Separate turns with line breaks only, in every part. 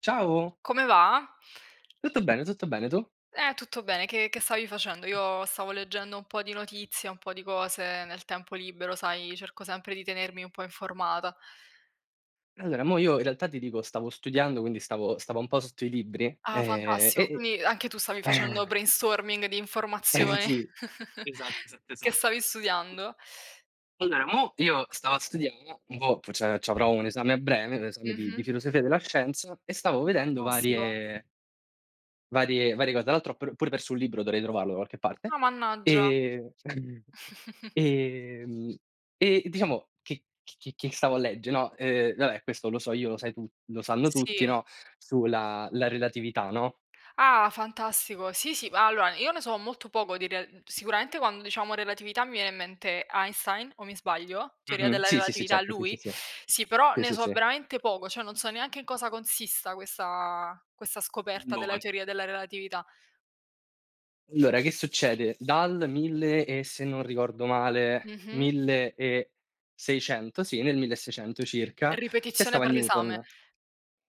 Ciao,
Come va?
tutto bene, tu?
Tutto bene, che stavi facendo? Io stavo leggendo un po' di notizie, un po' di cose nel tempo libero, sai, cerco sempre di tenermi un po' informata.
Allora, mo io in realtà ti dico, stavo studiando, quindi stavo un po' sotto i libri,
Ah, fantastico.
e
Quindi anche tu stavi facendo brainstorming di informazioni
sì, esatto, esatto,
che
esatto.
stavi studiando?
Allora, mo io stavo a studiare, boh, c'avrò un esame a breve, un esame di
Mh-mh.
filosofia della scienza, e stavo vedendo
Fantastico.
varie cose. Tra l'altro pure perso un libro, dovrei trovarlo da qualche parte.
Ah, mannaggia.
Ehm, ehm, e diciamo che stavo a legge, no, vabbè, questo lo so io, lo sai tu, lo sanno tutti,
Sì.
no, sulla la relatività, no?
Ah, fantastico. Sì, sì, ma allora io ne so molto poco di rea sicuramente quando diciamo relatività mi viene in mente Einstein, o mi sbaglio? Teoria
Mh-mh.
della
Sì, sì, sì,
relatività,
certo, sì, sì,
lui?
sì.
Sì, però
Sì,
ne
sì,
so
sì.
veramente poco, cioè non so neanche in cosa consista questa scoperta della
Allora
teoria della relatività.
allora che succede? Dal 1000 e, se non ricordo male,
Mh-mh.
1600, sì, nel 1600 circa, c'è
Ripetizione
stava
per l'esame.
Newton.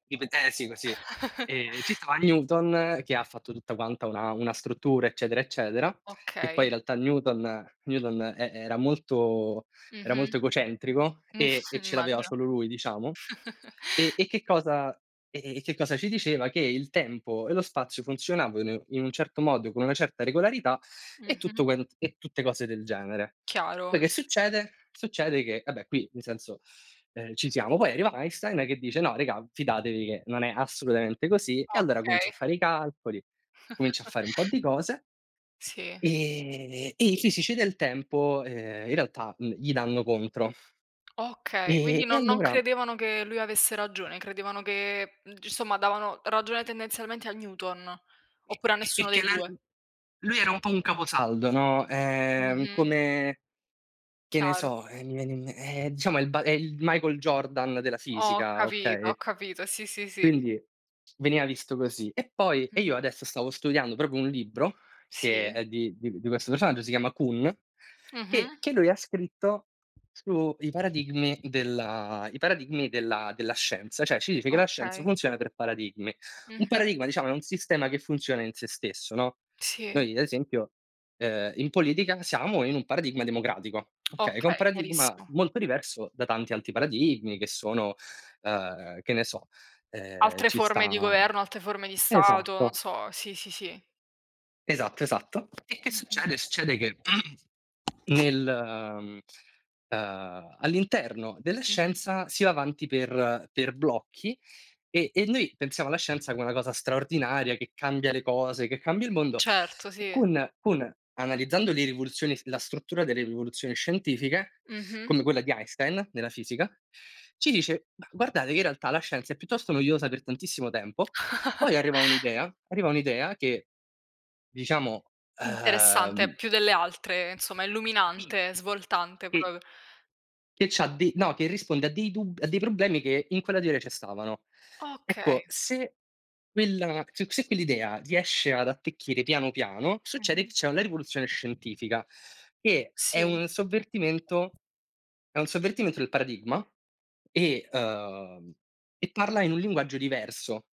Dipende, eh sì, così. Ci stava Newton che ha fatto tutta quanta una struttura, eccetera, eccetera, che poi
Okay.
in realtà Newton e era molto era
Mh-mh.
molto egocentrico,
Mh,
e ce l'aveva
immagino.
solo lui, diciamo. E e che cosa e che cosa ci diceva? Che il tempo e lo spazio funzionavano in un certo modo, con una certa regolarità e tutto
Mh-mh.
quan e tutte cose del genere. Poi
Chiaro.
che succede? Succede che, vabbè, qui, nel senso, ci siamo. Poi arriva Einstein che dice: "No, raga, fidatevi che non è assolutamente così." E allora comincia
Okay.
a fare i calcoli, comincia a fare un po' di cose,
Sì.
e i fisici del tempo, in realtà, gli danno contro.
Okay, quindi
E
non
allora,
credevano che lui avesse ragione, credevano che, mhmm, g insomma, davano ragione tendenzialmente a Newton,
E
oppure a
e
nessuno
perché
dei
la
2.
lui era un po' un caposaldo, no,
Mh-mh,
come, che ne
chiaro.
so, mi viene in me diciamo è il Michael Jordan della fisica,
Ho
okay?
capito, sì, sì, sì.
Quindi veniva visto così. E poi,
Mh-mh.
io adesso stavo studiando proprio un libro che
Sì.
è di questo personaggio, si chiama Kun,
Mh-mh.
che lui ha scritto sui paradigmi della i paradigmi della scienza, cioè ci dice che la scienza
Okay.
funziona per paradigmi. Un
Mh-mh.
paradigma, diciamo, è un sistema che funziona in sé stesso, no,
Sì.
noi ad esempio, in politica siamo in un paradigma democratico, okay, che è un
Okay,
paradigma
chiarissimo.
molto diverso da tanti altri paradigmi che sono, che ne so.
Altre
Ci
forme
sta
di governo, altre forme di stato, non
Esatto,
so, sì, sì, sì.
esatto, esatto. E che
Mh-mh,
succede? Succede che Nel mhmm, all'interno della
mh-mh.
scienza si va avanti per blocchi e noi pensiamo alla scienza come una cosa straordinaria che cambia le cose, che cambia il mondo
Certo,
e,
sì.
con analizzando le rivoluzioni la struttura delle rivoluzioni scientifiche,
Mh-mh.
come quella di Einstein nella fisica, ci dice: "Ma guardate che in realtà la scienza è piuttosto noiosa per tantissimo tempo, poi arriva un'idea che, diciamo,
Interessante,
uhm,
più delle altre, insomma,
i
illuminante, svoltante
che
proprio.
che c'ha de no, che risponde a dei problemi che in quella teoria ci stavano.
Okay.
Ecco, se quella se se quell'idea riesce ad attecchire piano piano, succede che
Mh-mh.
c'è la rivoluzione scientifica, che è
Sì.
un sovvertimento, del paradigma e, uhm, e parla in un linguaggio diverso.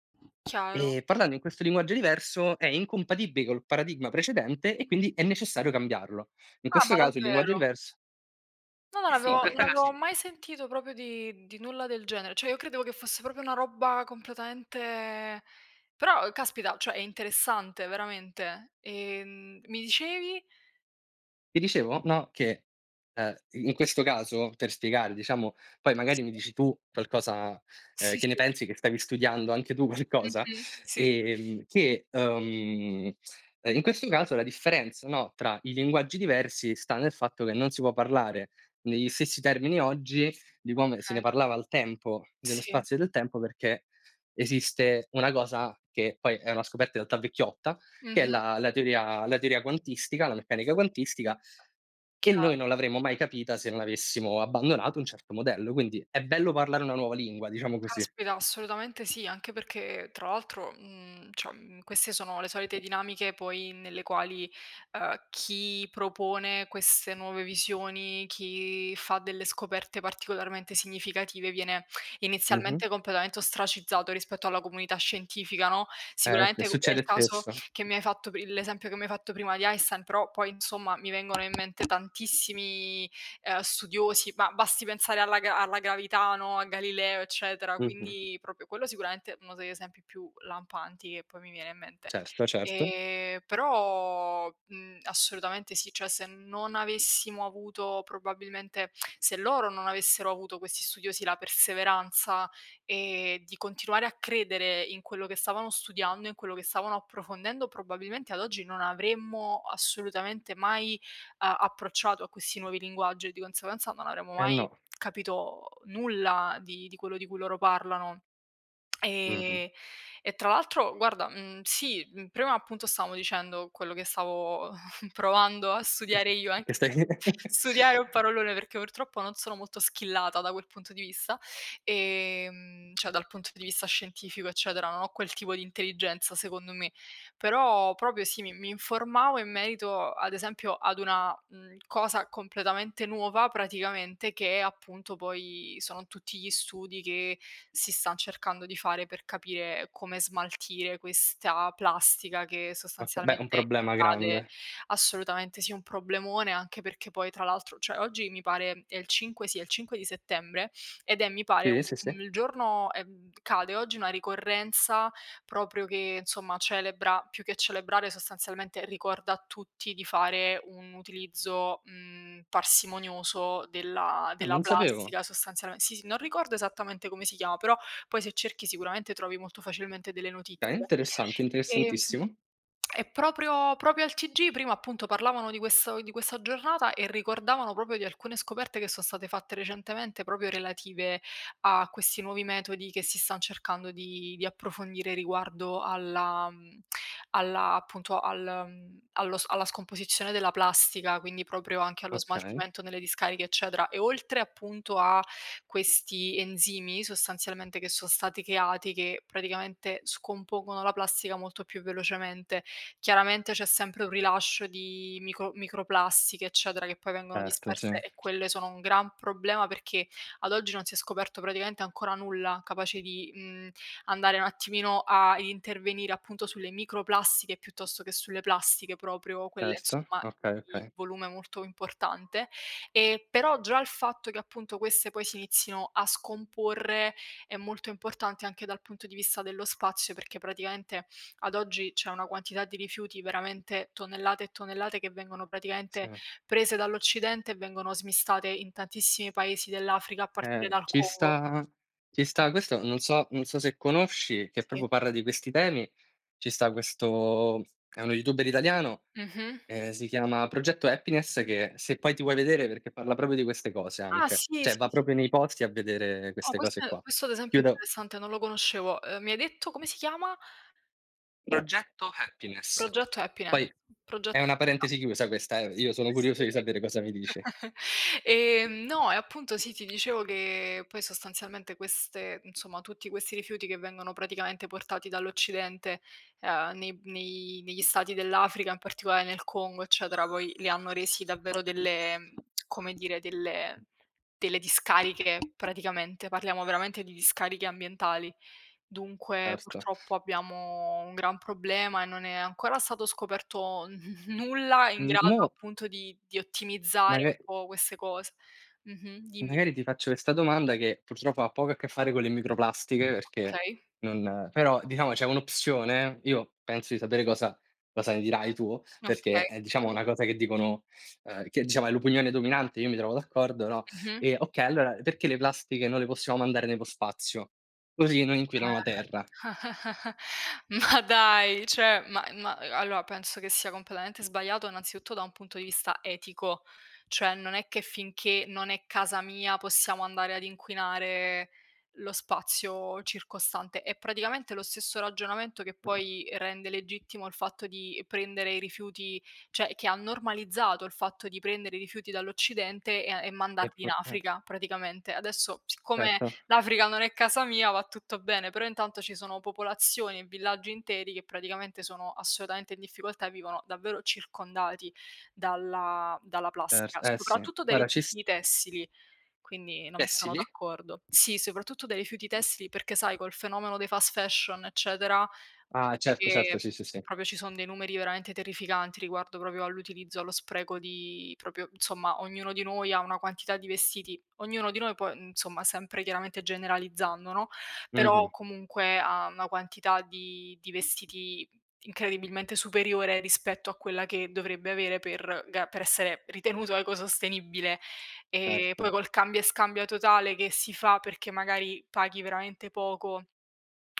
Chiaro.
E parlando in questo linguaggio diverso è incompatibile col paradigma precedente e quindi è necessario cambiarlo. In
Ah, ma
questo caso il linguaggio
davvero?
diverso.
No, non
Sì. in
avevo non
questa cas
avevo mai sentito proprio di nulla del genere. Cioè, io credevo che fosse proprio una roba completamente. Però caspita, cioè è interessante veramente. Mi dicevi?
Ti dicevo, no, che, ehm, in questo caso, per spiegare, diciamo, poi magari
Sì.
mi dici tu qualcosa,
Sì,
che ne
sì.
pensi, che stavi studiando anche tu qualcosa,
Mh-mh. Sì.
ehm, che, uhm, ehm, in questo caso la differenza, no, tra i linguaggi diversi sta nel fatto che non si può parlare negli stessi termini oggi di come se ne
Okay.
parlava al tempo, nello
Sì.
spazio e del tempo, perché esiste una cosa che poi è una scoperta in realtà vecchiotta, che è
Mh-mh.
la teoria quantistica, la meccanica quantistica, e noi
Chiaro.
non l'avremmo mai capita se non avessimo abbandonato un certo modello, quindi è bello parlare una nuova lingua, diciamo così.
Caspita, assolutamente sì, anche perché tra l'altro, cioè, queste sono le solite dinamiche poi nelle quali, chi propone queste nuove visioni, chi fa delle scoperte particolarmente significative viene
Mh-mh.
inizialmente completamente ostracizzato rispetto alla comunità scientifica, no,
S
sicuramente è
succede
il caso
spesso.
che mi hai fatto pri l'esempio che mi hai fatto prima di Einstein, però poi insomma mi vengono in mente tantissimi studiosi, ma basti pensare alla gravità, no, a Galileo, eccetera,
Mh-mh.
quindi proprio quello sicuramente è uno degli esempi più lampanti che poi mi viene in mente.
Certo, certo.
Però, assolutamente sì, cioè se loro non avessero avuto questi studiosi la perseveranza, di continuare a credere in quello che stavano studiando, in quello che stavano approfondendo, probabilmente ad oggi non avremmo assolutamente mai a approcciato a questi nuovi linguaggi e di conseguenza non avremo
Eh,
mai
no.
capito nulla di quello di cui loro parlano.
Mh-mh.
Ehm, e tra l'altro guarda, sì, prima appunto stavamo dicendo quello che stavo provando a
Sì, sì.
studiare io,
Che
anche
stai
se studiare è un parolone perché purtroppo non sono molto skillata da quel punto di vista, cioè dal punto di vista scientifico eccetera, non ho quel tipo di intelligenza secondo me. Però proprio sì, mi informavo in merito, ad esempio, ad una, cosa completamente nuova praticamente che appunto poi sono tutti gli studi che si stan cercando di fare per capire come smaltire questa plastica che
Oka beh, è un
sostanzialmente
problema
invade.
grande.
Assolutamente sì, un problemone, anche perché poi tra l'altro cioè oggi mi pare è il 5, sì, è il 5 di settembre, ed è, mi pare,
Sì,
un
sì, sì.
il giorno, cade oggi una ricorrenza proprio che insomma celebra, più che celebrare, sostanzialmente ricorda a tutti di fare un utilizzo, parsimonioso della
Ah,
della
non sapevo.
plastica sostanzialme sì, sì, non ricordo esattamente come si chiama, però poi se cerchi sicuramente trovi molto facilmente delle
Okay,
notizie.
interessante,
Ehm
interessantissimo.
e proprio al TG prima appunto parlavano di questo, di questa giornata, e ricordavano proprio di alcune scoperte che sono state fatte recentemente proprio relative a questi nuovi metodi che si stan cercando di approfondire riguardo alla mhmm, alla appunto al mhmm, allo s alla scomposizione della plastica, quindi proprio anche allo
Okay.
smaltimento nelle discariche, eccetera. E oltre appunto a questi enzimi sostanzialmente che sono stati creati, che praticamente scompongono la plastica molto più velocemente. Chiaramente c'è sempre un rilascio di microplastiche, eccetera, che poi vengono
Certo, sì.
disperse e quelle sono un gran problema perché ad oggi non si è scoperto praticamente ancora nulla capace di, andare un attimino a intervenire appunto sulle microplastiche piuttosto che sulle plastiche proprio, quelle
Certo.
insomma
Okay,
di
okay.
volume molto importante. Però già il fatto che appunto queste poi si inizino a scomporre è molto importante anche dal punto di vista dello spazio, perché praticamente ad oggi c'è una quantità di rifiuti veramente tonnellate e tonnellate che vengono
Sì.
praticamente prese dall'Occidente e vengono smistate in tantissimi paesi dell'Africa a partire
Eh,
dal
ci
Congo.
sta ci sta questo, non so se conosci, che
Sì.
proprio parla di questi temi, ci sta, questo è uno youtuber italiano,
Mh-mh.
si chiama Progetto Happiness, che, se poi ti vuoi vedere, perché parla proprio di queste cose
Ah
anche,
sì,
cioè
sì,
va
sì.
proprio nei posti a vedere
No,
queste cose qua.
questo ad esempio è
Chiudo.
interessante, non lo conoscevo. Mi hai detto come si chiama?
Progetto Happiness.
Progetto Happiness.
Poi
Progetto
è una
felicità.
parentesi chiusa questa, io sono curioso di
Sì.
sapere cosa mi dici.
No, e appunto sì, ti dicevo che poi sostanzialmente queste insomma, tutti questi rifiuti che vengono praticamente portati dall'Occidente, nei nei negli stati dell'Africa, in particolare nel Congo, eccetera, poi li hanno resi davvero delle, come dire, delle discariche praticamente, parliamo veramente di discariche ambientali. Dunque
Certo.
purtroppo abbiamo un gran problema e non è ancora stato scoperto n nulla in
Mhmm,
grado
Mo,
appunto di ottimizzare
maga
un po' queste cose. Mh-mh, dimmi.
magari ti faccio questa domanda che purtroppo ha poco a che fare con le microplastiche perché
Okay,
non, però, diciamo, c'è un'opzione, io penso di sapere cosa, ne dirai tu, perché
okay,
è, diciamo, una cosa che dicono, che, diciamo, è l'opinione dominante, io mi trovo d'accordo, no,
mh-mh.
e, okay, allora perché le plastiche non le possiamo mandare nello spazio? Così non inquinano la terra.
Ah. Ma dai, cioè, ma allora penso che sia completamente sbagliato innanzitutto da un punto di vista etico, cioè non è che finché non è casa mia possiamo andare ad inquinare lo spazio circostante. È praticamente lo stesso ragionamento che poi rende legittimo il fatto di prendere i rifiuti, cioè che ha normalizzato il fatto di prendere i rifiuti dall'Occidente e
E
mandarli in
portarle
Africa praticamente. Adesso siccome
certo,
l'Africa non è casa mia, va tutto bene, però intanto ci sono popolazioni e villaggi interi che praticamente sono assolutamente in difficoltà e vivono davvero circondati dalla
cert
plastica,
eh sì.
soprattutto dai
Guarda, ci s
rifiuti tessili, quindi
eh
non sono
sì?
d'accordo. Sì, soprattutto dai rifiuti tessili perché sai col fenomeno dei fast fashion eccetera, a
Ah,
parte
certo,
che.
certo, sì, sì, sì.
Proprio ci son dei numeri veramente terrificanti riguardo proprio all'utilizzo, allo spreco di proprio insomma, ognuno di noi ha una quantità di vestiti, ognuno di noi poi, insomma, sempre chiaramente generalizzando, no,
Mh-mh,
però comunque ha una quantità di vestiti incredibilmente superiore rispetto a quella che dovrebbe avere per essere ritenuto ecosostenibile. E poi
certo.
col cambia e scambia totale che si fa perché magari paghi veramente poco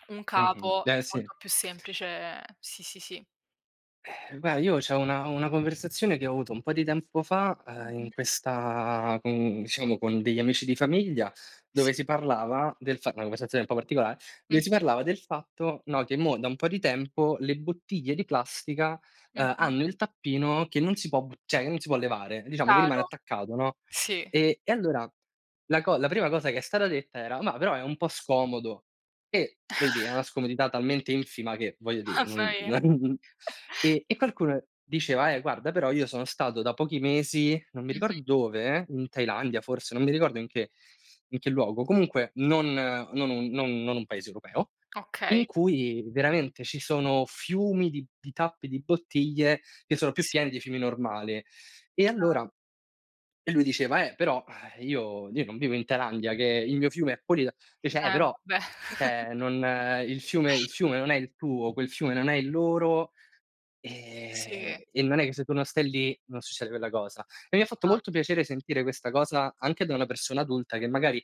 un
Mh-mh.
capo,
Eh sì.
molto più semplice, sì, sì, sì.
Guarda, io c'ho una conversazione che ho avuto un po' di tempo fa, in
Mh-mh.
questa con diciamo, con degli amici di famiglia,
Sì.
dove si parlava del fa una conversazione un po' particolare, dove si
Mh-mh,
parlava del fatto, no, che mo da un po' di tempo le bottiglie di plastica,
mh-mh.
hanno il tappino che non si può bu cioè che non si può levare, diciamo che rimane
Chiaro.
attaccato, no,
Sì.
e allora la prima cosa che è stata detta era: "Ma però è un po' scomodo." E voglio dire, è una scomodità talmente infima che, voglio dire,
Mamma
non
mia.
non, e qualcuno diceva: guarda, però io sono stato da pochi mesi, non mi ricordo
Mh-mh.
dove, in Thailandia forse, non mi ricordo in che, in che luogo, comunque non non un non non un paese europeo,
Okay.
in cui veramente ci sono fiumi di tappi di bottiglie che sono più
Sì,
pieni di fiumi normali." E
chiaro.
allora, lui diceva: però, io, non vivo in Thailandia, che il mio fiume è pulito." Dice:
Eh,
però,
vabbè.
cioè, non, il fiume non è il tuo, quel fiume non è il loro,
Sì,
e non è che se tu non stai lì, non succede quella cosa." E mi ha fatto molto
esatto.
piacere sentire questa cosa anche da una persona adulta che magari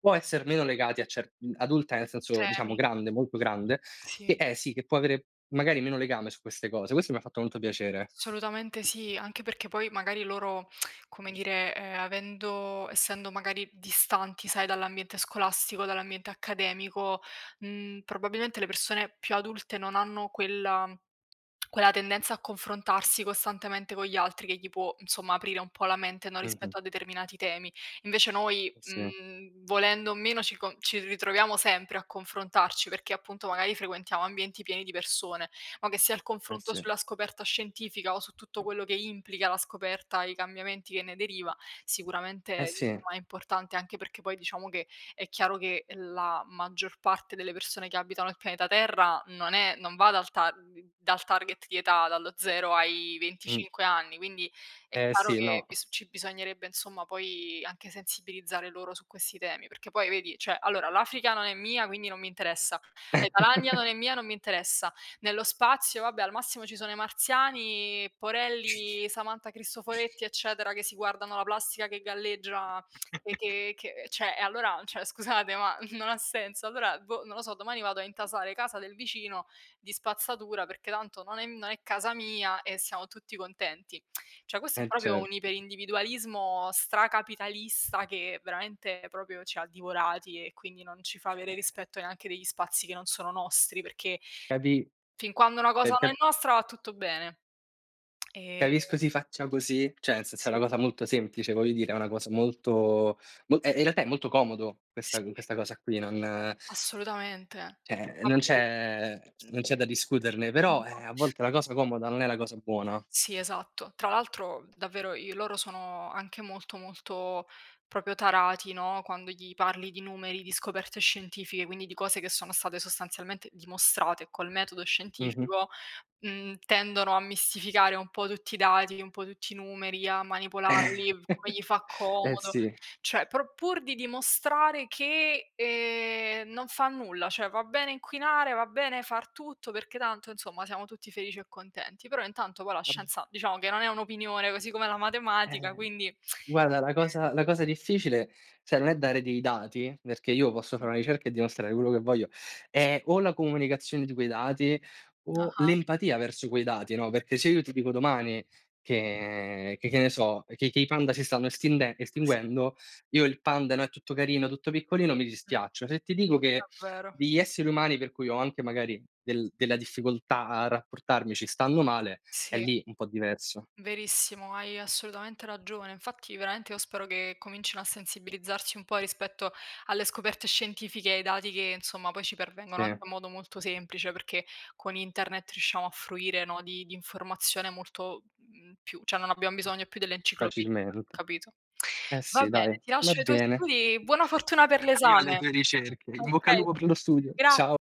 può esser meno legati adulta nel senso, diciamo,
Temi.
grande, molto grande,
Sì.
che, sì, che può avere magari meno legame su queste cose. Questo mi ha fatto molto piacere.
Assolutamente sì, anche perché poi magari loro, come dire, avendo essendo magari distanti, sai, dall'ambiente scolastico, dall'ambiente accademico, probabilmente le persone più adulte non hanno quella tendenza a confrontarsi costantemente con gli altri che gli può, insomma, aprire un po' la mente, no,
Mh-mh.
rispetto a determinati temi. Invece noi,
Eh sì,
volendo o meno ci ritroviamo sempre a confrontarci perché appunto magari frequentiamo ambienti pieni di persone, ma che sia il
eh
confronto
sì,
sulla scoperta scientifica o su tutto quello che implica la scoperta e i cambiamenti che ne deriva,
eh
sicuramente
sì.
insomma è importante anche perché poi diciamo che è chiaro che la maggior parte delle persone che abitano il pianeta Terra non va dal target di età, dallo 0 ai
Mh.
25 anni, quindi è
Eh
chiaro
sì,
che
no.
bis ci bisognerebbe insomma poi anche sensibilizzare loro su questi temi, perché poi vedi, cioè allora l'Africa non è mia, quindi non mi interessa, la Thailandia non è mia, non mi interessa, nello spazio, vabbè, al massimo ci sono i marziani, Porelli, Samantha Cristoforetti, eccetera, che si guardano la plastica che galleggia e che cioè, e allora cioè scusate, ma non ha senso. Allora, boh, non lo so, domani vado a intasare casa del vicino di spazzatura, perché tanto non è casa mia e siamo tutti contenti. Cioè, questo è
Eh,
proprio
cer
un iperindividualismo stracapitalista che veramente proprio ci ha divorati e quindi non ci fa avere rispetto neanche degli spazi che non sono nostri, perché
capi
Fin quando una cosa non è
cap
nostra va tutto bene. Ehm,
capisco si faccia così, cioè nel senso è una
sì,
cosa molto semplice, voglio dire, è una cosa molto, mo in realtà è molto comodo questa
sì,
cosa qui, non,
assolutamente.
cioè,
Ma poi mh,
non c'è da discuterne, però, a
mh,
volte la cosa comoda non è la cosa buona.
sì, esatto. Tra l'altro davvero i loro sono anche molto, molto proprio tarati, no, quando gli parli di numeri, di scoperte scientifiche, quindi di cose che sono state sostanzialmente dimostrate col metodo
Mh-mh.
scientifico. Tendono a mistificare un po' tutti i dati, un po' tutti i numeri, a manipolarli come gli fa
Eh
comodo,
sì.
cioè pro pur di dimostrare che, non fa nulla, cioè va bene inquinare, va bene far tutto, perché tanto insomma siamo tutti felici e contenti. Però intanto poi la
Ab
scienza diciamo che non è un'opinione, così come la matematica,
Eh.
quindi.
Guarda, la cosa difficile, sai, non è dare dei dati, perché io posso fare una ricerca e dimostrare quello che voglio, è o la comunicazione di quei dati o
Ah-ah,
l'empatia verso quei dati, no, perché se io ti dico domani che, che ne so, che i panda si stanno estinde
sì,
estinguendo, io il panda, no, è tutto carino, tutto piccolino, mi
mh,
dispiaccio. Se ti dico
è
che
vero.
degli esseri umani per cui ho anche magari della difficoltà a rapportarmi, ci stanno male, è
Sì.
lì un po' diverso.
Verissimo, hai assolutamente ragione. Infatti, veramente io spero che comincino a sensibilizzarsi un po' rispetto alle scoperte scientifiche e ai dati che, insomma, poi ci
Sì,
pervengono anche in modo molto semplice, perché con internet riusciamo a fruire, no, di, informazione molto più, cioè non abbiamo bisogno più dell'enciclopedia,
facilmente.
capito?
Eh
Va
sì,
bene,
dai,
ti
va
lascio i tuoi
bene.
studi, buona fortuna per
Io alle tue
l'esame.
ricerche. In
Ok,
bocca al lupo per lo studio.
grazie.
Cia